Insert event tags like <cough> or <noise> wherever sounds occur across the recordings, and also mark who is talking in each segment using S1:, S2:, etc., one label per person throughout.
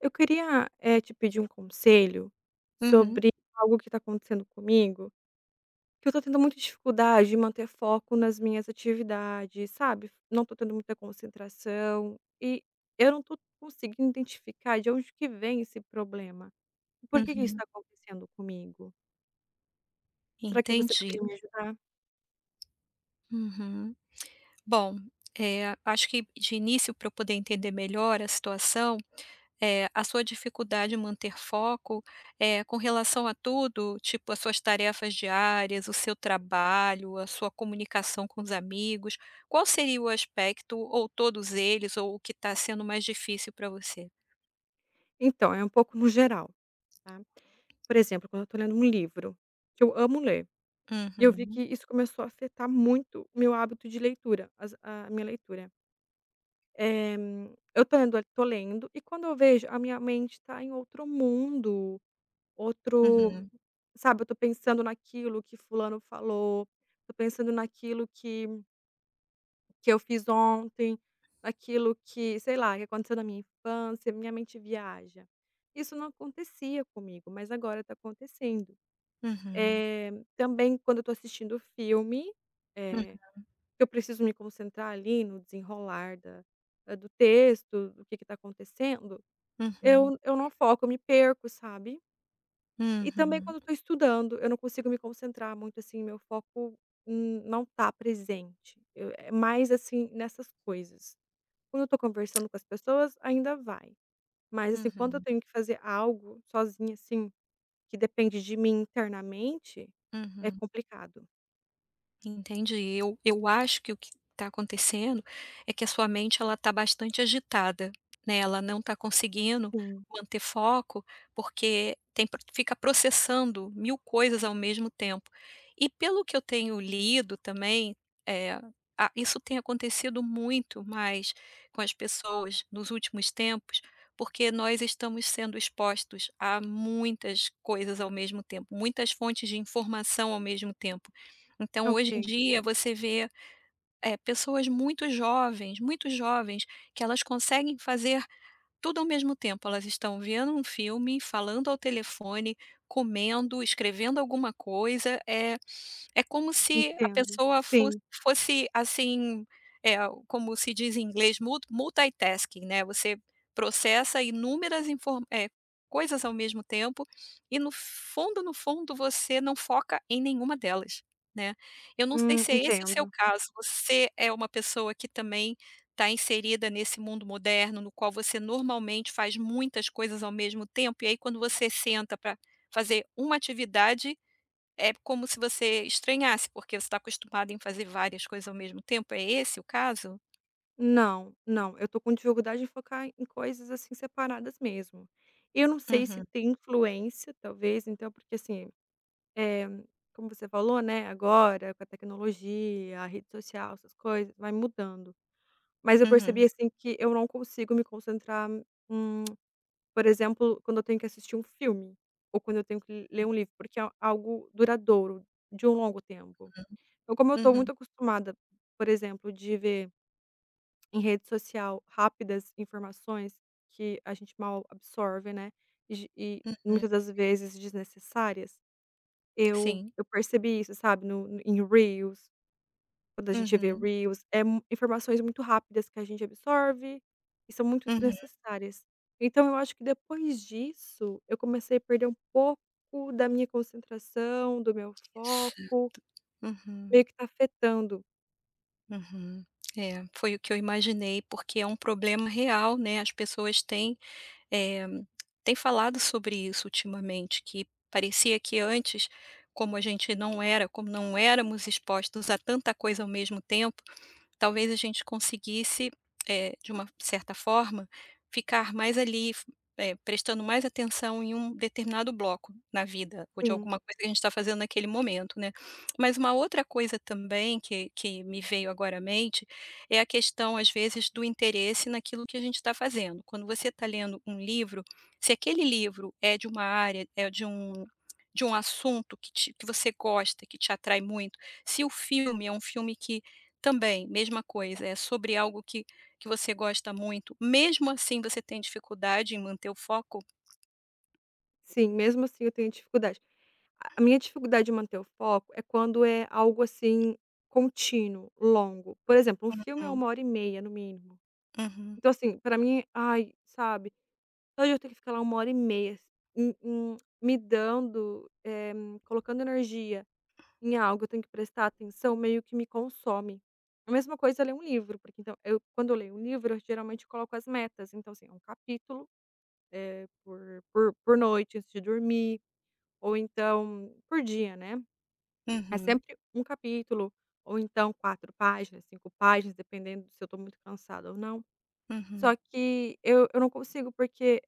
S1: Eu queria, te pedir um conselho
S2: Uhum,
S1: sobre algo que está acontecendo comigo, que eu tô tendo muita dificuldade de manter foco nas minhas atividades, sabe. Não tô tendo muita concentração e eu não tô conseguindo identificar de onde que vem esse problema. Por que que isso
S2: uhum.
S1: está acontecendo comigo? Será que você
S2: Entendi.
S1: poderia me ajudar?
S2: Uhum. Bom, acho que de início para eu poder entender melhor a situação, é a sua dificuldade em manter foco, é com relação a tudo, tipo, as suas tarefas diárias, o seu trabalho, a sua comunicação com os amigos, qual seria o aspecto ou todos eles ou o que está sendo mais difícil para você?
S1: Então, é um pouco no geral, tá. Por exemplo, quando eu tô lendo um livro, que eu amo ler, eu vi
S2: Uhum,
S1: que isso começou a afetar muito o meu hábito de leitura, as a minha leitura. Eh, eu tô lendo e quando eu vejo, a minha mente tá em outro mundo, outro
S2: uhum,
S1: sabe, eu tô pensando naquilo que fulano falou, tô pensando naquilo que eu fiz ontem, naquilo que, sei lá, que aconteceu na minha infância, minha mente viaja. Isso não acontecia comigo, mas agora tá acontecendo.
S2: uhum,
S1: Eh, também quando eu tô assistindo filme,
S2: hum,
S1: eh eu preciso me concentrar ali no desenrolar do texto, do que tá acontecendo,
S2: uhum,
S1: eu não foco, eu me perco, sabe. E também
S2: uhum,
S1: quando eu tô estudando, eu não consigo me concentrar muito, assim, meu foco n não tá presente. Eu é mais, assim, nessas coisas. Quando eu tô conversando com as pessoas, ainda vai. Mas, assim, quando eu
S2: uhum,
S1: tenho que fazer algo sozinha, assim, que depende de mim internamente, é
S2: uhum.
S1: complicado.
S2: Entendi. Eu acho que o que está acontecendo é que a sua mente ela está bastante agitada, né, ela não está conseguindo
S1: Sim.
S2: manter foco, porque tem pro fica processando 1000 coisas ao mesmo tempo. E pelo que eu tenho lido também, eh, a isso tem acontecido muito mais com as pessoas nos últimos tempos, porque nós estamos sendo expostos a muitas coisas ao mesmo tempo, muitas fontes de informação ao mesmo tempo. Então
S1: Ok,
S2: hoje em dia você vê, pessoas muito jovens, que elas conseguem fazer tudo ao mesmo tempo. Elas estão vendo um filme, falando ao telefone, comendo, escrevendo alguma coisa, é como se a
S1: entendo.
S2: pessoa
S1: Sim.
S2: fosse, assim, eh, como se diz em inglês, multitasking, né, você processa inúmeras coisas ao mesmo tempo e no fundo, no fundo, você não foca em nenhuma delas, né. Eu não sei
S1: Hum,
S2: se é esse o seu
S1: entendo.
S2: caso, você é uma pessoa que também está inserida nesse mundo moderno, no qual você normalmente faz muitas coisas ao mesmo tempo, e aí quando você senta para fazer uma atividade, é como se você estranhasse, porque você está acostumado em fazer várias coisas ao mesmo tempo, é esse o caso?
S1: Não, não, eu tô com dificuldade em focar em coisas, assim, separadas mesmo. Eu não sei se
S2: Uhum,
S1: tem influência, talvez, então, porque assim, eh, como você falou, né, agora com a tecnologia, a rede social, essas coisas, vai mudando. Mas eu percebi,
S2: uhum,
S1: assim, que eu não consigo me concentrar, hum, por exemplo, quando eu tenho que assistir um filme ou quando eu tenho que ler um livro, porque é algo duradouro, de um longo tempo.
S2: uhum,
S1: Então, como eu tô
S2: uhum,
S1: muito acostumada, por exemplo, de ver em rede social, rápidas informações que a gente mal absorve, né, e ge e
S2: uhum.
S1: muitas das vezes desnecessárias, eu
S2: Sim.
S1: eu percebi isso, sabe, no no em reels, quando a gente vê
S2: Uhum,
S1: reels, é mu informações muito rápidas que a gente absorve e são muito
S2: uhum.
S1: desnecessárias. Então eu acho que depois disso, eu comecei a perder um pouco da minha concentração, do meu foco,
S2: Uhum,
S1: meio que tá afetando.
S2: uhum. É, foi o que eu imaginei, porque é um problema real, né, as pessoas têm, eh, têm falado sobre isso ultimamente, que parecia que antes, como a gente não era como não éramos expostos a tanta coisa ao mesmo tempo. Talvez a gente conseguisse, de uma certa forma, ficar mais ali, prestando mais atenção em um determinado bloco na vida, ou de
S1: Sim,
S2: alguma coisa que a gente está fazendo naquele momento, né. Mas uma outra coisa também que me veio agora à mente, é a questão, às vezes, do interesse naquilo que a gente está fazendo. Quando você está lendo um livro, se aquele livro é de uma área, de um assunto que você gosta, que te atrai muito, se o filme é um filme que também, mesma coisa, é sobre algo que você gosta muito, mesmo assim você tem dificuldade em manter o foco?
S1: sim, mesmo assim eu tenho dificuldade. A minha dificuldade de manter o foco é quando é algo, assim, contínuo, longo. Por exemplo, um filme é
S2: Uhum,
S1: 1h30 no mínimo.
S2: uhum,
S1: Então, assim, pra mim, ai, sabe, hoje eu tenho que ficar lá 1h30 s me dando, colocando energia em algo, eu tenho que prestar atenção, meio que me consome. A mesma coisa é ler um livro, porque então eu quando eu leio um livro, eu geralmente coloco as metas. Então, assim, é um capítulo, por noite antes de dormir, ou então por dia, né. É
S2: uhum,
S1: sempre um capítulo, ou então 4 páginas, 5 páginas, dependendo se eu estou muito cansada ou não. Só
S2: uhum,
S1: que eu não consigo, porque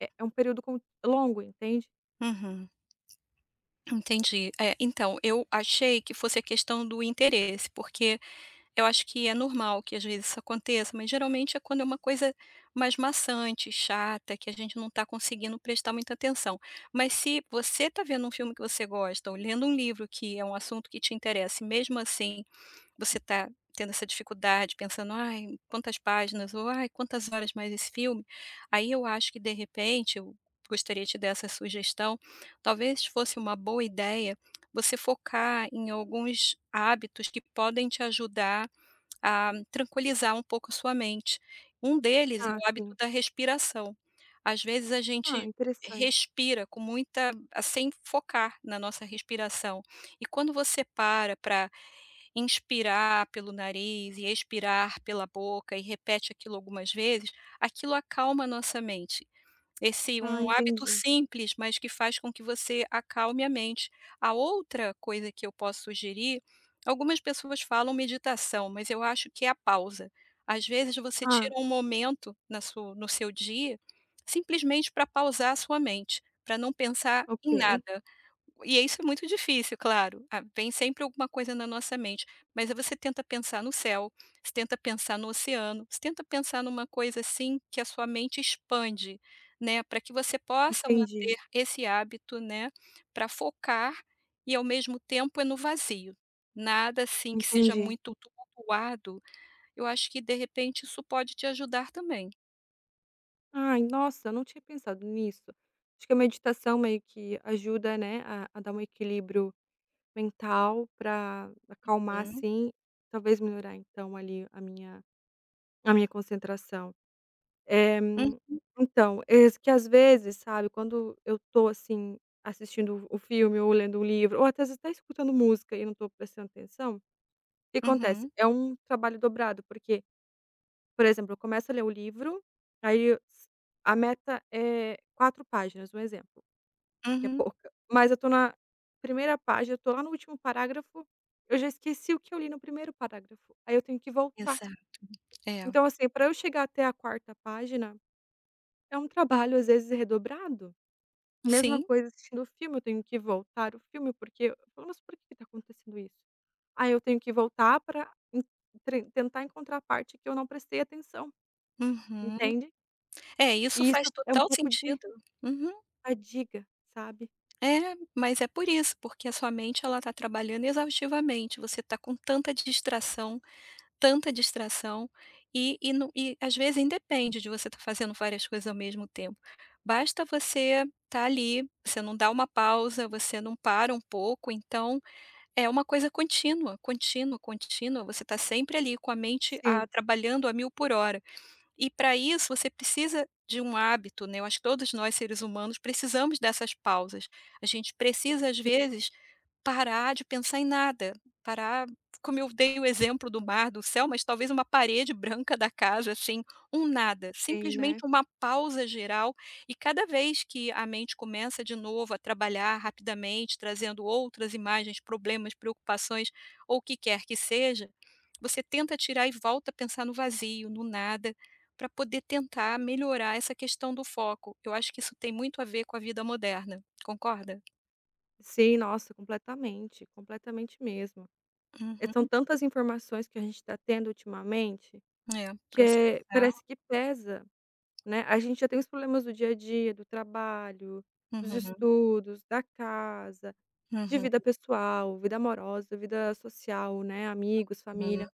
S1: é um período con longo, entende?
S2: uhum. Entendi. É, então, eu achei que fosse a questão do interesse, porque eu acho que é normal que às vezes isso aconteça, mas geralmente é quando é uma coisa mais maçante, chata, que a gente não está conseguindo prestar muita atenção. Mas se você está vendo um filme que você gosta ou lendo um livro que é um assunto que te interessa e mesmo assim você está tendo essa dificuldade, pensando: "Ai, quantas páginas", ou "Ai, quantas horas mais esse filme?", aí eu acho que de repente, eu gostaria de te dar essa sugestão, talvez fosse uma boa ideia você focar em alguns hábitos que podem te ajudar a tranquilizar um pouco a sua mente. Um deles é
S1: Ah,
S2: o hábito
S1: sim.
S2: da respiração. Às vezes a
S1: Ah,
S2: gente
S1: interessante.
S2: respira com muita sem focar na nossa respiração. E quando você para inspirar pelo nariz e expirar pela boca e repete aquilo algumas vezes, aquilo acalma a nossa mente. Esse
S1: Ah,
S2: um hábito
S1: entendi.
S2: simples, mas que faz com que você acalme a mente. A outra coisa que eu posso sugerir, algumas pessoas falam meditação, mas eu acho que é a pausa. Às vezes você
S1: Ah,
S2: tira um momento na su no seu dia, simplesmente para pausar a sua mente, para não pensar em
S1: ok.
S2: nada. E isso é muito difícil, claro. Ah, vem sempre alguma coisa na nossa mente, mas aí você tenta pensar no céu, você tenta pensar no oceano, você tenta pensar numa coisa assim que a sua mente expande, né, para que você possa
S1: Entendi,
S2: manter esse hábito, né, para focar e ao mesmo tempo é no vazio. Nada assim que seja
S1: entendi.
S2: muito tumultuado, eu acho que de repente isso pode te ajudar também.
S1: Ai, nossa, eu não tinha pensado nisso. Acho que a meditação meio que ajuda, né, a dar um equilíbrio mental para acalmar,
S2: Hum,
S1: assim, talvez melhorar, então, ali, a minha concentração. Eh,
S2: hum,
S1: então, é que às vezes, sabe, quando eu tô, assim, assistindo o filme ou lendo um livro, ou até às vezes até escutando música e não tô prestando atenção, o que acontece?
S2: uhum,
S1: É um trabalho dobrado, porque, por exemplo, eu começo a ler o livro, aí eu s a meta é 4 páginas, um exemplo, que é
S2: uhum.
S1: pouca, mas eu tô na primeira página, eu tô lá no último parágrafo, eu já esqueci o que eu li no primeiro parágrafo, aí eu tenho que voltar.
S2: Exato, é.
S1: Então, assim, para eu chegar até a quarta página, é um trabalho, às vezes, redobrado. Mesma
S2: Sim,
S1: coisa assistindo o filme, eu tenho que voltar o filme, porque eu falo: "Mas por que que tá acontecendo isso?". Aí eu tenho que voltar para tentar encontrar a parte que eu não prestei atenção,
S2: uhum.
S1: entende?
S2: É, isso
S1: E isso
S2: faz
S1: é um
S2: total
S1: pouco de
S2: sentido. Uhum.
S1: fadiga, sabe.
S2: É, mas é por isso, porque a sua mente ela está trabalhando exaustivamente, você está com tanta distração, e não e às vezes independe de você estar fazendo várias coisas ao mesmo tempo. Basta você estar ali, você não dá uma pausa, você não para um pouco, então é uma coisa contínua, contínua, contínua, você está sempre ali com a mente, ah,
S1: Sim.
S2: trabalhando a mil por hora. E para isso você precisa de um hábito, né, eu acho que todos nós seres humanos precisamos dessas pausas. A gente precisa às vezes parar de pensar em nada, parar, como eu dei o exemplo do mar, do céu, mas talvez uma parede branca da casa, assim, um nada,
S1: Sim,
S2: simplesmente
S1: né.
S2: uma pausa geral e cada vez que a mente começa de novo a trabalhar rapidamente, trazendo outras imagens, problemas, preocupações ou o que quer que seja, você tenta tirar e volta a pensar no vazio, no nada para poder tentar melhorar essa questão do foco. Eu acho que isso tem muito a ver com a vida moderna, concorda?
S1: Sim, nossa, completamente, completamente mesmo. São
S2: Uhum.
S1: tantas informações que a gente está tendo ultimamente,
S2: É,
S1: que é
S2: processar.
S1: parece que pesa. Né, a gente já tem os problemas do dia a dia, do trabalho, dos
S2: Uhum,
S1: estudos, da casa, de
S2: uhum,
S1: vida pessoal, vida amorosa, vida social, né, amigos,
S2: uhum.
S1: família.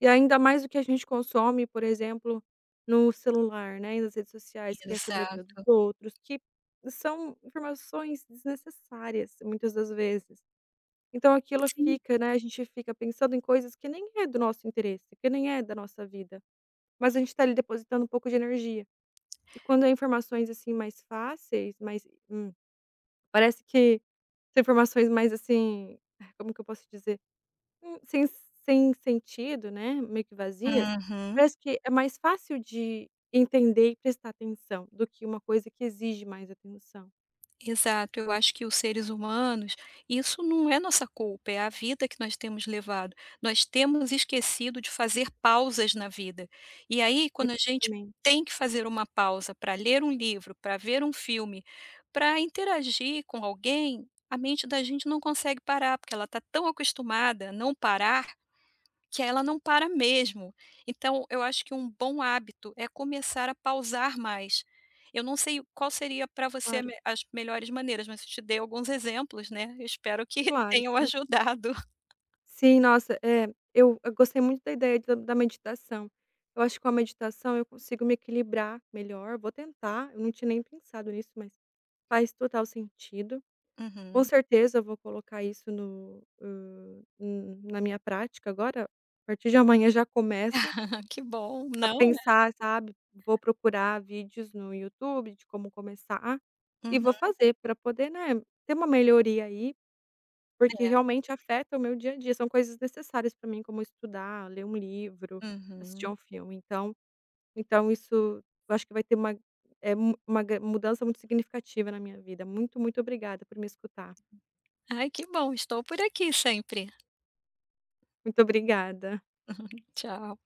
S1: E ainda mais o que a gente consome, por exemplo, no celular, né, e nas redes sociais, que é sobre a vida dos
S2: Exato.
S1: outros, que são informações desnecessárias, muitas das vezes. Então aquilo
S2: Sim.
S1: fica, né, a gente fica pensando em coisas que nem é do nosso interesse, que nem é da nossa vida, mas a gente tá ali depositando um pouco de energia. E quando é informações, assim, mais fáceis, mais parece que são informações mais, assim, ai, como que eu posso dizer? Hum, sem sem sentido, né, meio que vazias,
S2: Uhum.
S1: parece que é mais fácil de entender e prestar atenção do que uma coisa que exige mais atenção
S2: Exato, eu acho que os seres humanos, isso não é nossa culpa, é a vida que nós temos levado. Nós temos esquecido de fazer pausas na vida. E aí, quando a gente
S1: também.
S2: tem que fazer uma pausa para ler um livro, para ver um filme, para interagir com alguém, a mente da gente não consegue parar, porque ela está tão acostumada a não parar que ela não para mesmo. Então eu acho que um bom hábito é começar a pausar mais. Eu não sei qual seria para você a
S1: Claro,
S2: me as melhores maneiras, mas eu te dei alguns exemplos, né, eu espero que <laughs>
S1: claro,
S2: tenham
S1: sim.
S2: ajudado.
S1: Sim, nossa, é, eu gostei muito da ideia da meditação. Eu acho que com a meditação eu consigo me equilibrar melhor, vou tentar, eu não tinha nem pensado nisso, mas faz total sentido. Com
S2: Uhum.
S1: certeza eu vou colocar isso no hã, na minha prática agora, a partir de amanhã já começo
S2: <laughs> que bom.
S1: a
S2: Não, né.
S1: pensar, sabe, vou procurar vídeos no YouTube de como começar e
S2: Uhum,
S1: vou fazer pra poder, né, ter uma melhoria aí, porque realmente afeta o meu dia a dia, são coisas necessárias pra mim, como estudar, ler um livro, assistir a
S2: uhum.
S1: um filme, então isso eu acho que vai ter eh, uma gran mudança muito significativa na minha vida. Muito, muito obrigada por me escutar.
S2: Ai, que bom, estou por aqui sempre.
S1: Muito obrigada.
S2: Tchau.